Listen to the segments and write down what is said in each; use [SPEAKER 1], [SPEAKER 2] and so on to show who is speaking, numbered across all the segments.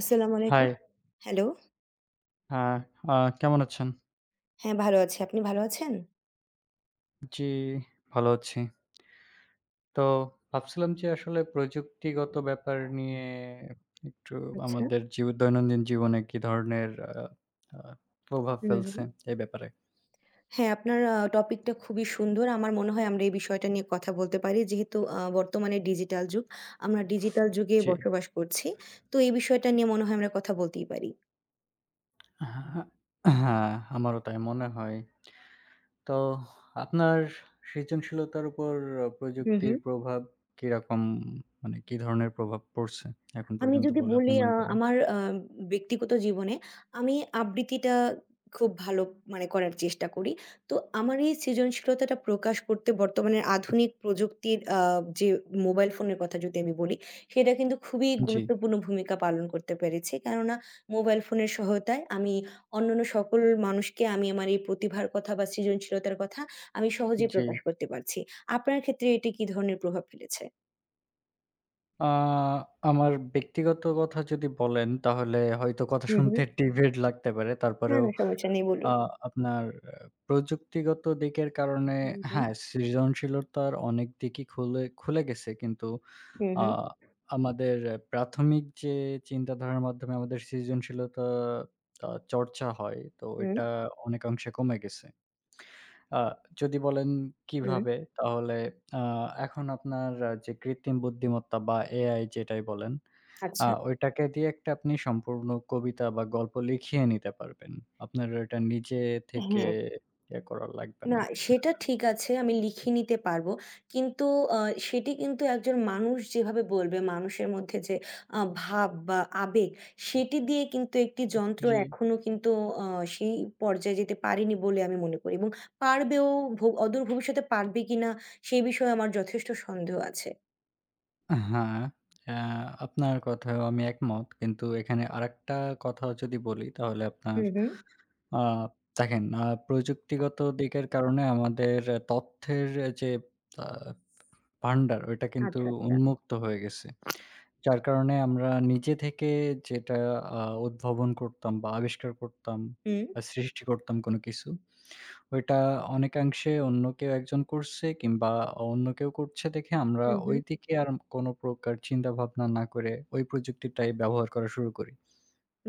[SPEAKER 1] আসসালামু
[SPEAKER 2] হাই।
[SPEAKER 1] আলাইকুম। হ্যালো।
[SPEAKER 2] হ্যাঁ, আ কেমন আছেন?
[SPEAKER 1] হ্যাঁ, ভালো আছি। আপনি ভালো আছেন?
[SPEAKER 2] জি, ভালো আছি। তো ভাবছিলাম যে আসলে প্রযুক্তিগত ব্যাপার নিয়ে একটু
[SPEAKER 1] আচ্ছা।
[SPEAKER 2] আমাদের দৈনন্দিন জীবনে কি ধরনের আ আ প্রভাব
[SPEAKER 1] হুম, হুম।
[SPEAKER 2] ফেলছে এই ব্যাপারে?
[SPEAKER 1] হ্যাঁ, আপনার টপিকটা খুবই সুন্দর। আমার মনে হয় আমরা এই বিষয়টা নিয়ে কথা বলতে পারি। যেহেতু বর্তমানে ডিজিটাল যুগ। আমরা ডিজিটাল যুগে
[SPEAKER 2] জি।
[SPEAKER 1] বসবাস করছি। তো এই বিষয়টা নিয়ে মনে হয় আমরা কথা বলতেই পারি।
[SPEAKER 2] হ্যাঁ, হ্যাঁ, আমারও তাই মনে হয়। তো আপনার সৃজনশীলতার উপর
[SPEAKER 1] হুম,
[SPEAKER 2] প্রযুক্তির
[SPEAKER 1] হুম।
[SPEAKER 2] প্রভাব কিরকম? মানে কি ধরনের প্রভাব পড়ছে এখন
[SPEAKER 1] আমি
[SPEAKER 2] পর্যন্ত
[SPEAKER 1] যদি
[SPEAKER 2] বলে আপনি
[SPEAKER 1] বলি
[SPEAKER 2] মনে করেন?
[SPEAKER 1] আমার ব্যক্তিগত জীবনে আমি আবৃত্তিটা খুব ভালো মানে করার চেষ্টা করি। তো আমার এই সৃজনশীলতাটা প্রকাশ করতে বর্তমানে আধুনিক প্রযুক্তির যে মোবাইল ফোনের কথা যদি আমি বলি, সেটা কিন্তু খুবই
[SPEAKER 2] জি,
[SPEAKER 1] গুরুত্বপূর্ণ ভূমিকা পালন করতে পেরেছে। কেননা মোবাইল ফোনের সহায়তায় আমি অন্যান্য সকল মানুষকে আমি আমার এই প্রতিভার কথা বা সৃজনশীলতার কথা আমি সহজেই
[SPEAKER 2] জি।
[SPEAKER 1] প্রকাশ করতে পারছি। আপনার ক্ষেত্রে এটি কি ধরনের প্রভাব ফেলেছে?
[SPEAKER 2] আ আমার ব্যক্তিগত কথা যদি বলেন, তাহলে হয়তো কথা
[SPEAKER 1] হু, হু।
[SPEAKER 2] শুনতে ডিভিয়েট লাগতে পারে।
[SPEAKER 1] না,
[SPEAKER 2] তারপরেও
[SPEAKER 1] না সমস্যা নেই
[SPEAKER 2] আ
[SPEAKER 1] বলুন।
[SPEAKER 2] আপনার আ প্রযুক্তিগত দিকের কারণে
[SPEAKER 1] হুম, হুম।
[SPEAKER 2] হ্যাঁ, সৃজনশীলতার অনেক দিকই খুলে খুলে গেছে। কিন্তু
[SPEAKER 1] হুম,
[SPEAKER 2] আ
[SPEAKER 1] হুম,
[SPEAKER 2] আমাদের প্রাথমিক যে চিন্তাধারার মাধ্যমে আমাদের সৃজনশীলতা চর্চা হয়, তো
[SPEAKER 1] হুম,
[SPEAKER 2] এটা অনেকাংশে কমে গেছে। আ যদি বলেন
[SPEAKER 1] হুম,
[SPEAKER 2] কিভাবে? তাহলে আ এখন আপনার যে কৃত্রিম বুদ্ধিমত্তা বা এআই যেটাই বলেন,
[SPEAKER 1] আচ্ছা।
[SPEAKER 2] ওইটাকে দিয়ে একটা আপনি সম্পূর্ণ কবিতা বা গল্প লিখিয়ে নিতে পারবেন। আপনার ওইটা নিজে থেকে
[SPEAKER 1] হ্যাঁ,
[SPEAKER 2] ইয়ে করা লাগবে
[SPEAKER 1] না
[SPEAKER 2] না।
[SPEAKER 1] সেটা ঠিক আছে আমি লিখে নিতে পারবো। কিন্তু আ সেটি কিন্তু একজন মানুষ যেভাবে বলবে মানুষের মধ্যে যে ভাব বা আবেগ সেটি দিয়ে কিন্তু একটি যন্ত্র
[SPEAKER 2] জি।
[SPEAKER 1] এখনো কিন্তু আ সেই পর্যায়ে যেতে পারেনি বলে আমি মনে করি এবং পারবেও অদূর ভবিষ্যতে পারবে কিনা সেই বিষয়ে আমার যথেষ্ট সন্দেহ আছে।
[SPEAKER 2] হ্যাঁ, আ আপনার কথায়ও আমি একমত। কিন্তু এখানে আরেকটা কথাও যদি বলি তাহলে আপনার
[SPEAKER 1] হুম, হুম,
[SPEAKER 2] আ দেখেন প্রযুক্তিগত দিকের কারণে আমাদের তথ্যের যে আ ভান্ডার ওইটা কিন্তু
[SPEAKER 1] আচ্ছা, আচ্ছা।
[SPEAKER 2] উন্মুক্ত হয়ে গেছে। যার কারণে আমরা নিজে থেকে যেটা আ উদ্ভাবন করতাম বা আবিষ্কার করতাম
[SPEAKER 1] হুম।
[SPEAKER 2] বা সৃষ্টি করতাম কোনো কিছু, ওইটা অনেকাংশে অন্য কেউ একজন করছে কিংবা অন্য কেউ করছে দেখে আমরা
[SPEAKER 1] হুম, হুম।
[SPEAKER 2] ওইদিকে আর কোনো প্রকার চিন্তাভাবনা না করে ওই প্রযুক্তিটাই ব্যবহার করা শুরু করি।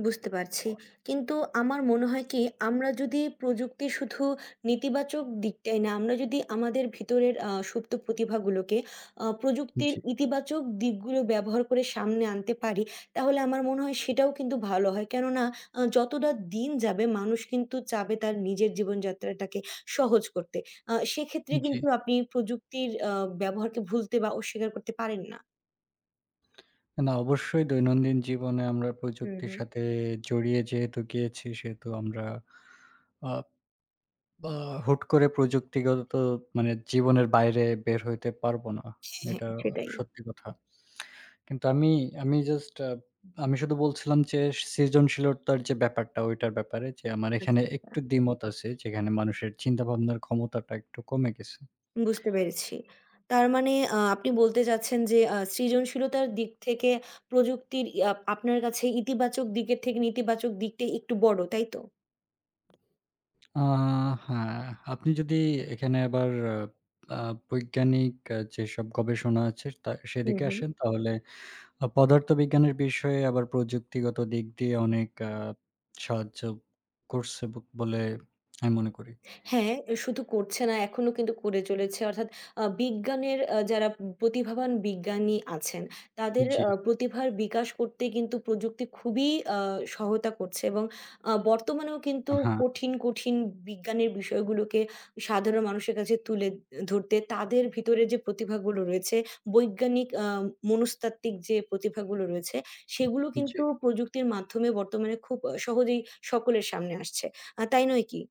[SPEAKER 1] বুঝতে পারছি। কিন্তু আমার মনে হয় কি আমরা যদি প্রযুক্তির শুধু নেতিবাচক দিকটাই না, আমরা যদি আমাদের ভিতরের সুপ্ত প্রতিভাগুলোকে প্রযুক্তির
[SPEAKER 2] জি,
[SPEAKER 1] ইতিবাচক দিকগুলো ব্যবহার করে সামনে আনতে পারি, তাহলে আমার মনে হয় সেটাও কিন্তু ভালো হয়। কেননা যতটা দিন যাবে মানুষ কিন্তু চাবে তার নিজের জীবনযাত্রাটাকে সহজ করতে। সেক্ষেত্রে
[SPEAKER 2] জি।
[SPEAKER 1] কিন্তু আপনি প্রযুক্তির ব্যবহারকে ভুলতে বা অস্বীকার করতে পারেন না।
[SPEAKER 2] না, অবশ্যই দৈনন্দিন জীবনে আমরা
[SPEAKER 1] হুম,
[SPEAKER 2] প্রযুক্তির
[SPEAKER 1] হুম।
[SPEAKER 2] সাথে জড়িয়ে যেহেতু গিয়েছি সেহেতু আমরা আ বা হুট করে প্রযুক্তিগত মানে জীবনের বাইরে বের হইতে পারবো না।
[SPEAKER 1] হ্যাঁ।
[SPEAKER 2] এটা
[SPEAKER 1] হ্যাঁ, সেটাই।
[SPEAKER 2] সত্যি কথা। কিন্তু আমি আমি জাস্ট আমি শুধু বলছিলাম যে সৃজনশীলতার যে ব্যাপারটা ওইটার ব্যাপারে যে আমার
[SPEAKER 1] আচ্ছা,
[SPEAKER 2] এখানে
[SPEAKER 1] আচ্ছা।
[SPEAKER 2] একটু দ্বিমত আছে যেখানে মানুষের চিন্তাভাবনার ক্ষমতাটা একটু কমে গেছে।
[SPEAKER 1] বুঝতে পেরেছি। তার মানে আপনি বলতে চাচ্ছেন যে সৃজনশীলতার দিক থেকে প্রযুক্তির আপনার কাছে ইতিবাচক দিকের থেকে নেতিবাচক দিকটাই একটু বড়, তাই তো?
[SPEAKER 2] আ হ্যাঁ, আপনি যদি এখানে আবার আ আ বৈজ্ঞানিক যেসব গবেষণা আছে তা
[SPEAKER 1] হু,
[SPEAKER 2] সেদিকে
[SPEAKER 1] হু।
[SPEAKER 2] আসেন তাহলে পদার্থবিজ্ঞানের বিষয়ে আবার প্রযুক্তিগত দিক দিয়ে অনেক সাহায্য করছে বলে আমি মনে করি।
[SPEAKER 1] হ্যাঁ, শুধু করছে না এখনো কিন্তু করে চলেছে। অর্থাৎ বিজ্ঞানের যারা প্রতিভাবান বিজ্ঞানী আছেন, তাদের
[SPEAKER 2] জি।
[SPEAKER 1] প্রতিভার বিকাশ করতে কিন্তু প্রযুক্তি খুবই আ সহায়তা করছে এবং বর্তমানেও কিন্তু
[SPEAKER 2] হ্যাঁ,
[SPEAKER 1] কঠিন, কঠিন বিজ্ঞানের বিষয়গুলোকে সাধারণ মানুষের কাছে তুলে ধরতে তাদের ভিতরে যে প্রতিভাগুলো রয়েছে, বৈজ্ঞানিক মনস্তাত্ত্বিক যে প্রতিভাগুলো রয়েছে, সেগুলো
[SPEAKER 2] জি।
[SPEAKER 1] কিন্তু প্রযুক্তির মাধ্যমে বর্তমানে খুব সহজেই সকলের সামনে আসছে। তাই নয় কি?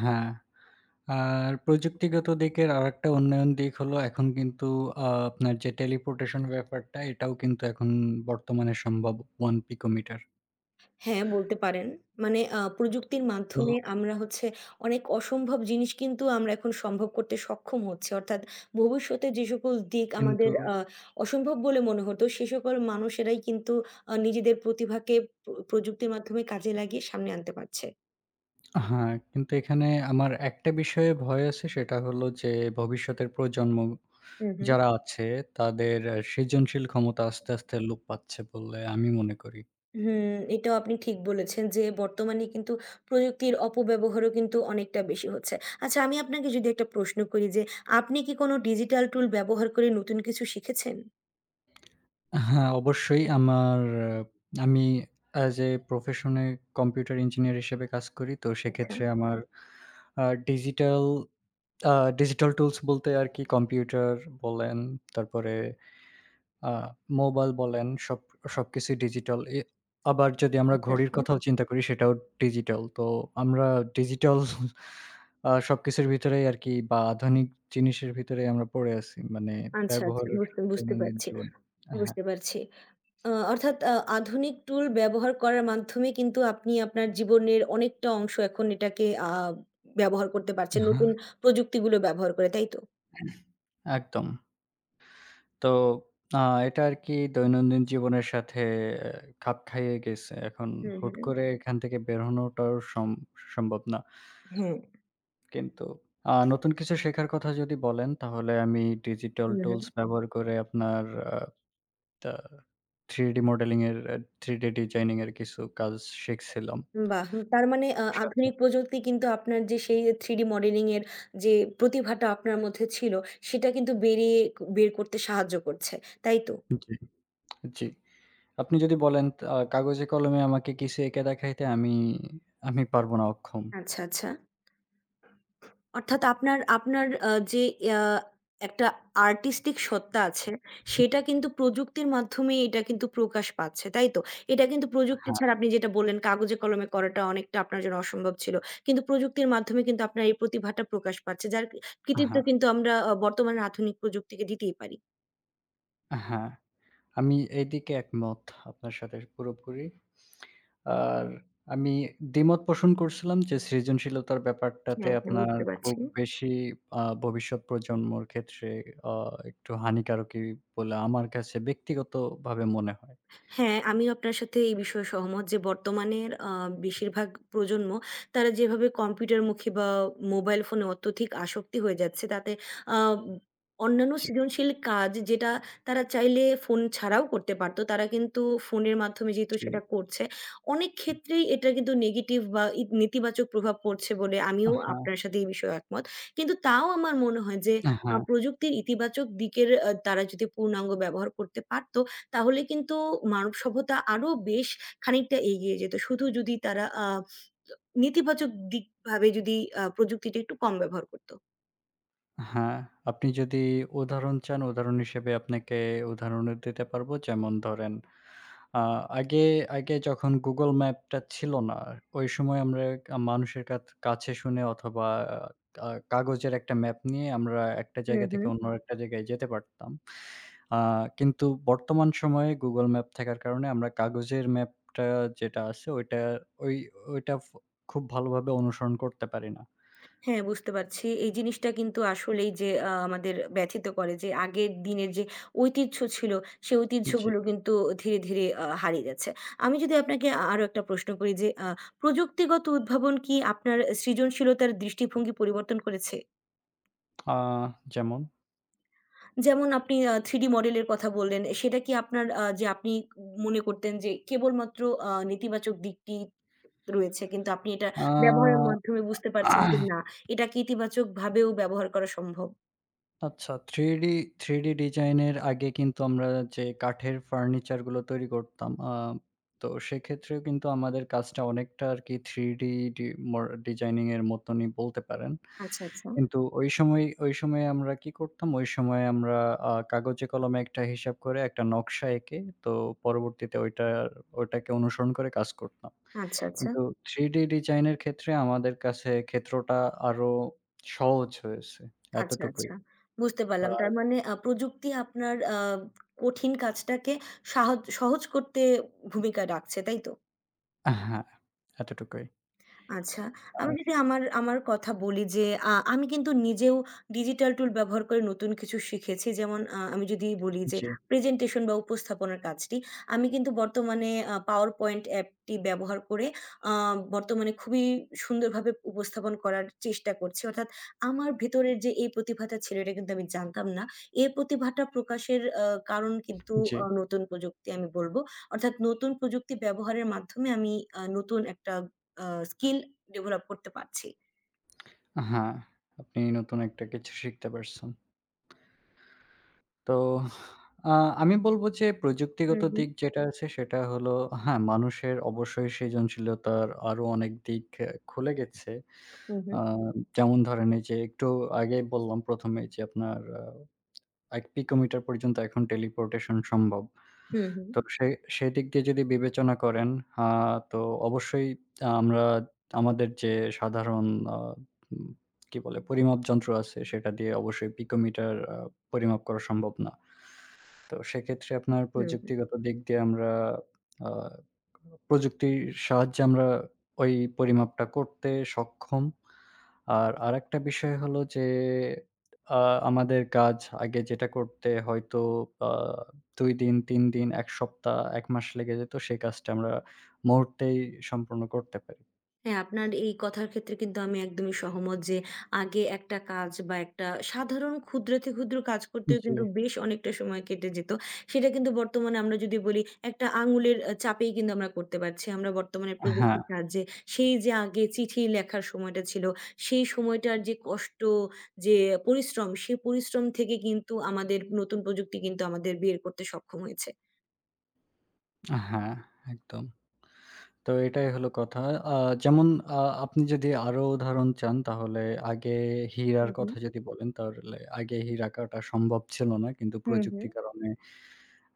[SPEAKER 2] হ্যাঁ। আর প্রযুক্তিগত দিকের আরেকটা উন্নয়ন দিক হলো এখন কিন্তু আপনার যে টেলিপোর্টেশন ব্যাপারটা এটাও কিন্তু এখন বর্তমানে সম্ভব 1 পিকোমিটার।
[SPEAKER 1] হ্যাঁ, বলতে পারেন। মানে প্রযুক্তির
[SPEAKER 2] তো
[SPEAKER 1] মাধ্যমে আমরা হচ্ছে অনেক অসম্ভব জিনিস কিন্তু আমরা এখন সম্ভব করতে সক্ষম হচ্ছি। অর্থাৎ ভবিষ্যতে যে সকল দিক
[SPEAKER 2] কিন্তু
[SPEAKER 1] আমাদের অসম্ভব বলে মনে হতো, সে সকল মানুষেরাই কিন্তু নিজেদের প্রতিভাকে প্রযুক্তির মাধ্যমে কাজে লাগিয়ে সামনে আনতে পারছে।
[SPEAKER 2] হ্যাঁ, কিন্তু এখানে আমার একটা বিষয়ে ভয় আছে সেটা হলো যে ভবিষ্যতের প্রজন্ম
[SPEAKER 1] হুম, হুম।
[SPEAKER 2] যারা আছে তাদের সৃজনশীল ক্ষমতা আস্তে, আস্তে লোপ পাচ্ছে বলে আমি মনে করি।
[SPEAKER 1] এটাও আপনি ঠিক বলেছেন যে বর্তমানে কিন্তু প্রযুক্তির অপব্যবহারও কিন্তু অনেকটা বেশি হচ্ছে। আচ্ছা আমি আপনাকে যদি একটা প্রশ্ন করি যে, আপনি কি কোনো ডিজিটাল টুল ব্যবহার করে নতুন কিছু শিখেছেন?
[SPEAKER 2] হ্যাঁ, অবশ্যই আমার আহ, আমি as a profession a computer engineer হিসেবে কাজ করি। তো
[SPEAKER 1] আচ্ছা।
[SPEAKER 2] সেক্ষেত্রে আমার আ ডিজিটাল আ ডিজিটাল টুলস বলতে আরকি কম্পিউটার বলেন, তারপরে আ মোবাইল বলেন সবকিছুই ডিজিটাল। আবার যদি আমরা
[SPEAKER 1] আচ্ছা,
[SPEAKER 2] ঘড়ির
[SPEAKER 1] আচ্ছা।
[SPEAKER 2] কথাও চিন্তা করি সেটাও ডিজিটাল। তো আমরা ডিজিটাল সবকিছুর ভিতরেই আরকি বা আধুনিক জিনিসের ভিতরেই আমরা পড়ে আছি। মানে
[SPEAKER 1] আচ্ছা, আচ্ছা।
[SPEAKER 2] ব্যবহারের
[SPEAKER 1] বুঝতে বুঝতে
[SPEAKER 2] দৈনন্দিন
[SPEAKER 1] পারছি,
[SPEAKER 2] জীবনে। হ্যাঁ।
[SPEAKER 1] বুঝতে পারছি। অর্থাৎ আধুনিক টুল ব্যবহার করার মাধ্যমে কিন্তু আপনি আপনার জীবনের অনেকটা অংশ এখন এটাকে ব্যবহার করতে পারছেন।
[SPEAKER 2] হ্যাঁ।
[SPEAKER 1] নতুন প্রযুক্তিগুলো ব্যবহার করে, তাই তো?
[SPEAKER 2] একদম। তো আ এটা আরকি দৈনন্দিন জীবনের সাথে আহ, খাপ খাইয়ে গেছে। এখন
[SPEAKER 1] হুম,
[SPEAKER 2] হুট
[SPEAKER 1] হুম।
[SPEAKER 2] করে এখান থেকে বের হনোটাও সম্ভব না।
[SPEAKER 1] হ্যাঁ।
[SPEAKER 2] কিন্তু নতুন কিছু শেখার কথা যদি বলেন, তাহলে আমি ডিজিটাল
[SPEAKER 1] হুম, হুম।
[SPEAKER 2] টুলস ব্যবহার করে আপনার আ তা 3D মডেলিং এর, 3D ডিজাইনিং এর কিছু কাজ শিখছিলাম
[SPEAKER 1] বাহ! তার মানে
[SPEAKER 2] সাথে।
[SPEAKER 1] আধুনিক প্রযুক্তি কিন্তু আপনার যে সেই 3D মডেলিং এর যে প্রতিভাটা আপনার মধ্যে ছিল, সেটা কিন্তু বের করতে সাহায্য করছে, তাই তো?
[SPEAKER 2] জি, জি। আপনি যদি বলেন তা কাগজে কলমে আমাকে কিছু এঁকে দেখাইতে আমি আমি পারব না, অক্ষম।
[SPEAKER 1] আচ্ছা, আচ্ছা। অর্থাৎ আপনার আপনার যে আ একটা আর্টিস্টিক সত্তা আছে, সেটা কিন্তু প্রযুক্তির মাধ্যমে এটা কিন্তু প্রকাশ পাচ্ছে, তাই তো? এটা কিন্তু প্রযুক্তি
[SPEAKER 2] হ্যাঁ,
[SPEAKER 1] ছাড়া আপনি যেটা বললেন, কাগজে কলমে করাটা অনেকটা আপনার জন্য অসম্ভব ছিল। কিন্তু প্রযুক্তির মাধ্যমে কিন্তু আপনার এই প্রতিভাটা প্রকাশ পাচ্ছে, যার কৃতিত্ব
[SPEAKER 2] হ্যাঁ,
[SPEAKER 1] কিন্তু আমরা বর্তমানের আধুনিক প্রযুক্তিকে দিতেই পারি।
[SPEAKER 2] হ্যাঁ। আমি এদিকে একমত আপনার সাথে পুরোপুরি। আর আমি দ্বিমত পোষণ করছিলাম যে সৃজনশীলতার ব্যাপারটাতে
[SPEAKER 1] হ্যাঁ,
[SPEAKER 2] হুম।
[SPEAKER 1] হ্যাঁ
[SPEAKER 2] আপনার
[SPEAKER 1] বুঝতে
[SPEAKER 2] খুব
[SPEAKER 1] পারছি।
[SPEAKER 2] বেশি ভবিষ্যৎ প্রজন্মর ক্ষেত্রে আ একটু হানিকারকই বলে আমার কাছে ব্যক্তিগতভাবে মনে হয়।
[SPEAKER 1] হ্যাঁ, আমিও আপনার সাথে এই বিষয়ে সহমত যে বর্তমানের বেশিরভাগ প্রজন্ম তারা যেভাবে কম্পিউটারমুখী বা মোবাইল ফোনে অত্যধিক আসক্তি হয়ে যাচ্ছে তাতে আ অন্যান্য
[SPEAKER 2] জি,
[SPEAKER 1] সৃজনশীল কাজ যেটা তারা চাইলে ফোন ছাড়াও করতে পারত, তারা কিন্তু ফোনের মাধ্যমে যেহেতু
[SPEAKER 2] জি।
[SPEAKER 1] সেটা করছে, অনেক ক্ষেত্রেই এটা কিন্তু নেগেটিভ বা নেতিবাচক প্রভাব পড়ছে বলে আমিও আপনার সাথে এই বিষয়ে একমত। কিন্তু তাও আমার মনে হয় যে
[SPEAKER 2] হ্যাঁ, হ্যাঁ,
[SPEAKER 1] প্রযুক্তির ইতিবাচক দিকের তারা যদি পূর্ণাঙ্গ ব্যবহার করতে পারত তাহলে কিন্তু মানব সভ্যতা আরো বেশ খানিকটা এগিয়ে যেত। শুধু যদি তারা নেতিবাচক দিকভাবে যদি প্রযুক্তিটা একটু কম ব্যবহার করত।
[SPEAKER 2] হ্যাঁ। আপনি যদি উদাহরণ চান, উদাহরণ হিসেবে আপনাকে উদাহরণও দিতে পারব। যেমন ধরেন আ আগে, আগে যখন Google ম্যাপটা ছিল না, ওই সময় আমরা মানুষের কাছে শুনে অথবা কাগজের একটা ম্যাপ নিয়ে আমরা একটা
[SPEAKER 1] হুম,
[SPEAKER 2] জায়গা
[SPEAKER 1] হুম।
[SPEAKER 2] থেকে অন্য একটা জায়গায় যেতে পারতাম। আ কিন্তু বর্তমান সময়ে Google ম্যাপ থাকার কারণে আমরা কাগজের ম্যাপটা যেটা আছে ওই ওইটা খুব ভালোভাবে অনুসরণ করতে পারি না।
[SPEAKER 1] হ্যাঁ, বুঝতে পারছি। এই জিনিসটা কিন্তু আসলেই যে আমাদের ব্যথিত করে যে আগের দিনের যে ঐতিহ্য ছিল, সেই
[SPEAKER 2] জি,
[SPEAKER 1] ঐতিহ্যগুলো কিন্তু ধীরে, ধীরে হারিয়ে যাচ্ছে। আমি যদি আপনাকে আরো একটা প্রশ্ন করি যে প্রযুক্তিগত উদ্ভাবন কি আপনার সৃজনশীলতার দৃষ্টিভঙ্গি পরিবর্তন করেছে?
[SPEAKER 2] আ যেমন
[SPEAKER 1] যেমন আপনি 3D মডেলের কথা বললেন। সেটা কি আপনার যে আপনি মনে করতেন যে কেবলমাত্র নেতিবাচক দিকটি রয়েছে। কিন্তু আপনি এটা
[SPEAKER 2] আ
[SPEAKER 1] ব্যবহারের মাধ্যমে বুঝতে পারছেন যে না, এটাকে ইতিবাচকভাবেও ব্যবহার করা সম্ভব।
[SPEAKER 2] আচ্ছা, 3D ডিজাইন এর আগে কিন্তু আমরা যে কাঠের ফার্নিচার গুলো তৈরি করতাম, তো সেক্ষেত্রেও কিন্তু আমাদের কাজটা অনেকটা আরকি 3D ডি মর ডিজাইনিং এর মতনই বলতে পারেন।
[SPEAKER 1] আচ্ছা, আচ্ছা।
[SPEAKER 2] কিন্তু ওই সময়ে আমরা কি করতাম? ওই সময়ে আমরা কাগজে কলমে একটা হিসাব করে একটা নকশা এঁকে তো পরবর্তীতে ওইটাকে অনুসরণ করে কাজ করতাম।
[SPEAKER 1] আচ্ছা, আচ্ছা।
[SPEAKER 2] কিন্তু 3D ডিজাইন এর ক্ষেত্রে আমাদের কাছে ক্ষেত্রটা আরো সহজ হয়েছে।
[SPEAKER 1] আচ্ছা,
[SPEAKER 2] এতটুকুই।
[SPEAKER 1] আচ্ছা। বুঝতে পারলাম।
[SPEAKER 2] আর
[SPEAKER 1] তার মানে প্রযুক্তি আপনার কঠিন কাজটাকে সহজ করতে ভূমিকা রাখছে, তাই তো?
[SPEAKER 2] হ্যাঁ, এতটুকুই।
[SPEAKER 1] আচ্ছা। আমি
[SPEAKER 2] আর
[SPEAKER 1] যদি আমার আমার কথা বলি যে আমি কিন্তু নিজেও ডিজিটাল টুল ব্যবহার করে নতুন কিছু শিখেছি। যেমন আমি যদি বলি যে
[SPEAKER 2] জি,
[SPEAKER 1] প্রেজেন্টেশন বা উপস্থাপনার কাজটি। আমি কিন্তু বর্তমানে PowerPoint অ্যাপটি ব্যবহার করে আ বর্তমানে খুবই সুন্দরভাবে উপস্থাপন করার চেষ্টা করছি। অর্থাৎ আমার ভেতরের যে এই প্রতিভাটা ছিল এটা কিন্তু আমি জানতাম না। এই প্রতিভাটা প্রকাশের কারণ কিন্তু
[SPEAKER 2] জি।
[SPEAKER 1] নতুন প্রযুক্তি আমি বলব। অর্থাৎ নতুন প্রযুক্তি ব্যবহারের মাধ্যমে আমি নতুন একটা আ স্কিল ডেভেলপ করতে পারছি।
[SPEAKER 2] হ্যাঁ, আপনি নতুন একটা কিছু শিখতে পারছেন। তো আ আমি বলব যে প্রযুক্তিগত
[SPEAKER 1] হুম, হুম,
[SPEAKER 2] দিক যেটা আছে সেটা হলো হ্যাঁ, মানুষের অবশ্যই সৃজনশীলতার আরো অনেক দিক খুলে গেছে।
[SPEAKER 1] হুম, হুম,
[SPEAKER 2] আ যেমন ধরেন এই যে একটু আগেই বললাম ১ম এই যে আপনার ১ পিকোমিটার পর্যন্ত এখন টেলিপোর্টেশন সম্ভব।
[SPEAKER 1] হুম, হুম,
[SPEAKER 2] তো সেদিক দিয়ে যদি বিবেচনা করেন আ তো অবশ্যই আমরা আমাদের যে সাধারণ আ উম কি বলে পরিমাপ যন্ত্র আছে সেটা দিয়ে অবশ্যই পিকোমিটার পরিমাপ করা সম্ভব না। তো সেক্ষেত্রে আপনার
[SPEAKER 1] হুম, হুম।
[SPEAKER 2] প্রযুক্তিগত দিক দিয়ে আমরা আ প্রযুক্তির সাহায্যে আমরা ওই পরিমাপটা করতে সক্ষম। আর আরেকটা বিষয় হলো যে আ আমাদের কাজ আগে যেটা করতে হয়তো আ ২ দিন, ৩ দিন, ১ সপ্তাহ, ১ মাস লেগে যেত সেই কাজটা আমরা মুহূর্তেই সম্পূর্ণ করতে পারি।
[SPEAKER 1] হ্যাঁ, আপনার এই কথার ক্ষেত্রে কিন্তু আমি একদমই সহমত যে আগে একটা কাজ বা একটা সাধারণ ক্ষুদ্র থেকে ক্ষুদ্র কাজ করতেও
[SPEAKER 2] জি।
[SPEAKER 1] কিন্তু বেশ অনেকটা সময় কেটে যেত। সেটা কিন্তু বর্তমানে আমরা যদি বলি একটা আঙুলের চাপেই কিন্তু আমরা করতে পারছি। আমরা বর্তমানে
[SPEAKER 2] হ্যাঁ,
[SPEAKER 1] প্রযুক্তির সাহায্যে সেই যে আগে চিঠি লেখার সময়টা ছিল, সেই সময়টার যে কষ্ট, যে পরিশ্রম, সেই পরিশ্রম থেকে কিন্তু আমাদের নতুন প্রযুক্তি কিন্তু আমাদের বের করতে সক্ষম হয়েছে।
[SPEAKER 2] হ্যাঁ, একদম। তো এটাই হলো কথা। আ যেমন আ আপনি যদি আরো উদাহরণ চান তাহলে আগে হীরার
[SPEAKER 1] হুম, হুম।
[SPEAKER 2] কথা যদি বলেন তাহলে আগে হীরা কাটা সম্ভব ছিল না। কিন্তু
[SPEAKER 1] হুম, হুম।
[SPEAKER 2] প্রযুক্তির কারণে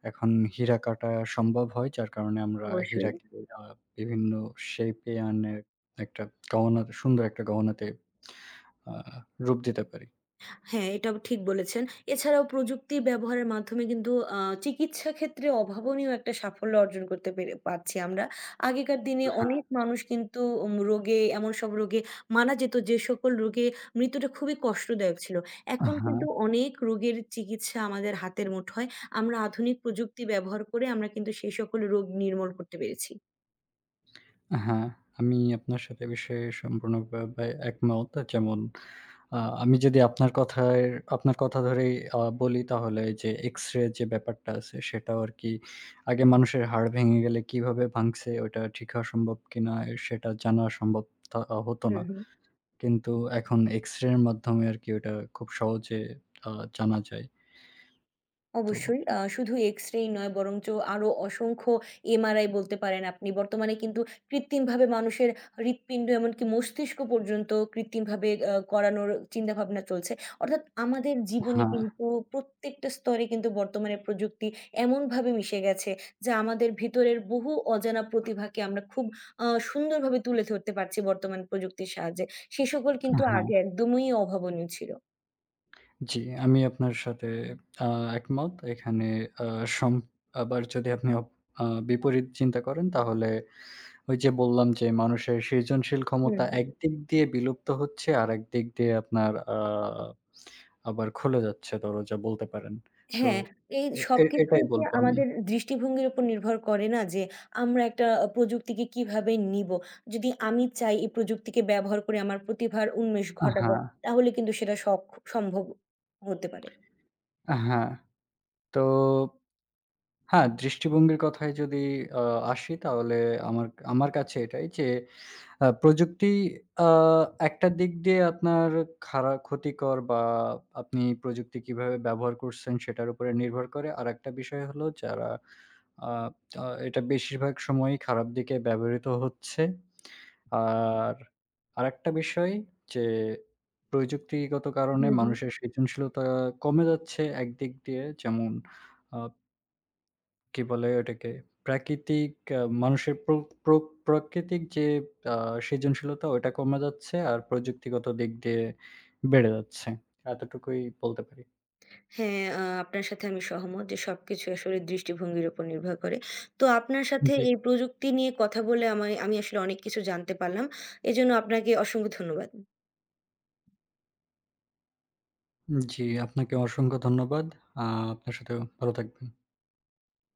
[SPEAKER 2] এখন হীরা কাটা সম্ভব হয় যার কারণে আমরা
[SPEAKER 1] অবশ্যই।
[SPEAKER 2] হীরাকে আ বিভিন্ন শেপে আনে একটা গহনা সুন্দর একটা গহনাতে আ রূপ দিতে পারি।
[SPEAKER 1] হ্যাঁ, এটা ঠিক বলেছেন। এছাড়াও প্রযুক্তি ব্যবহারের মাধ্যমে কিন্তু আ চিকিৎসা ক্ষেত্রে অভাবনীয় একটা সাফল্য অর্জন করতে পারছি আমরা। আগেকার দিনে অনেক মানুষ কিন্তু রোগে এমন সব রোগে মারা যেত যে সকল রোগে মৃত্যুটা খুবই কষ্টদায়ক ছিল।
[SPEAKER 2] হ্যাঁ,
[SPEAKER 1] এখন
[SPEAKER 2] হ্যাঁ,
[SPEAKER 1] কিন্তু অনেক রোগের চিকিৎসা আমাদের হাতের মুঠোয়। আমরা আধুনিক প্রযুক্তি ব্যবহার করে আমরা কিন্তু সেই সকল রোগ নির্মূল করতে পেরেছি।
[SPEAKER 2] হ্যাঁ। আমি আপনার সাথে এ বিষয়ে সম্পূর্ণভাবে একমত। যেমন আমি যদি আপনার কথা ধরেই বলি তাহলে যে এক্স-রে যে ব্যাপারটা আছে সেটাও আরকি আগে মানুষের হাড় ভেঙে গেলে কিভাবে ভাঙছে ওটা ঠিক হওয়া সম্ভব কিনা সেটা জানা সম্ভব থা হতো
[SPEAKER 1] হুম,
[SPEAKER 2] না।
[SPEAKER 1] হুম।
[SPEAKER 2] কিন্তু এখন এক্স-রে এর মাধ্যমে আরকি ওটা খুব সহজে আ জানা যায়। তো
[SPEAKER 1] অবশ্যই। শুধু এক্স-রেই নয় বরঞ্চ আরো অসংখ্য এমআরআই বলতে পারেন আপনি। বর্তমানে কিন্তু কৃত্রিমভাবে মানুষের হৃৎপিণ্ড এমনকি মস্তিষ্ক পর্যন্ত কৃত্রিমভাবে করানোর চিন্তাভাবনা চলছে। অর্থাৎ আমাদের জীবনে
[SPEAKER 2] হ্যাঁ,
[SPEAKER 1] কিন্তু প্রত্যেকটা স্তরে কিন্তু বর্তমানে প্রযুক্তি এমনভাবে মিশে গেছে যা আমাদের ভিতরের বহু অজানা প্রতিভাকে আমরা খুব সুন্দরভাবে তুলে ধরতে পারছি বর্তমান প্রযুক্তির সাহায্যে। সে সকল কিন্তু
[SPEAKER 2] হ্যাঁ।
[SPEAKER 1] আগে একদমই অভাবনীয় ছিল।
[SPEAKER 2] জি, আমি আপনার সাথে আ একমত। এখানে আ সম আবার যদি আপনি অপ আ বিপরীত চিন্তা করেন তাহলে ওই যে বললাম যে মানুষের সৃজনশীল
[SPEAKER 1] হুম,
[SPEAKER 2] ক্ষমতা
[SPEAKER 1] হুম।
[SPEAKER 2] একদিক দিয়ে বিলুপ্ত হচ্ছে, আরেক দিক দিয়ে আপনার আবার খুলে যাচ্ছে দরজা বলতে পারেন। তো
[SPEAKER 1] হ্যাঁ, এই
[SPEAKER 2] এ এ এটাই
[SPEAKER 1] সবকিছুই কি
[SPEAKER 2] বলব আমি।
[SPEAKER 1] আমাদের দৃষ্টিভঙ্গির উপর নির্ভর করে না যে আমরা একটা প্রযুক্তিকে কিভাবে নিবো? যদি আমি চাই এই প্রযুক্তিকে ব্যবহার করে আমার প্রতিভার উন্মেষ ঘটাবো,
[SPEAKER 2] হ্যাঁ,
[SPEAKER 1] তাহলে কিন্তু সেটা সম্ভব হতে পারে।
[SPEAKER 2] হ্যাঁ। তো হ্যাঁ, দৃষ্টিভঙ্গির কথায় যদি আ আসি তাহলে আমার আমার কাছে এটাই যে প্রযুক্তি আ একটা দিক দিয়ে আপনার ক্ষতিকর বা আপনি প্রযুক্তি কিভাবে ব্যবহার করছেন সেটার উপরে নির্ভর করে। আরেকটা বিষয় হলো যারা আ আ এটা বেশিরভাগ সময়ই খারাপ দিকে ব্যবহৃত হচ্ছে। আর আরেকটা বিষয় যে প্রযুক্তিগত কারণে
[SPEAKER 1] হু, হু।
[SPEAKER 2] মানুষের সৃজনশীলতা কমে যাচ্ছে একদিক দিয়ে যেমন আ কি বলে ওটাকে? প্রাকৃতিক মানুষের প্র প্র প্রাকৃতিক যে আ সৃজনশীলতা ওটা কমে যাচ্ছে আর প্রযুক্তিগত দিক দিয়ে বেড়ে যাচ্ছে। এতটুকুই বলতে পারি।
[SPEAKER 1] হ্যাঁ, আপনার সাথে আমি সহমত যে সবকিছু আসলে দৃষ্টিভঙ্গির উপর নির্ভর করে। তো আপনার সাথে
[SPEAKER 2] জি,
[SPEAKER 1] এই প্রযুক্তি নিয়ে কথা বলে আমি আসলে অনেক কিছু জানতে পারলাম। এজন্য আপনাকে অসংখ্য ধন্যবাদ।
[SPEAKER 2] জি আপনাকে অসংখ্য ধন্যবাদ। আ আপনার সাথেও ভালো থাকবেন।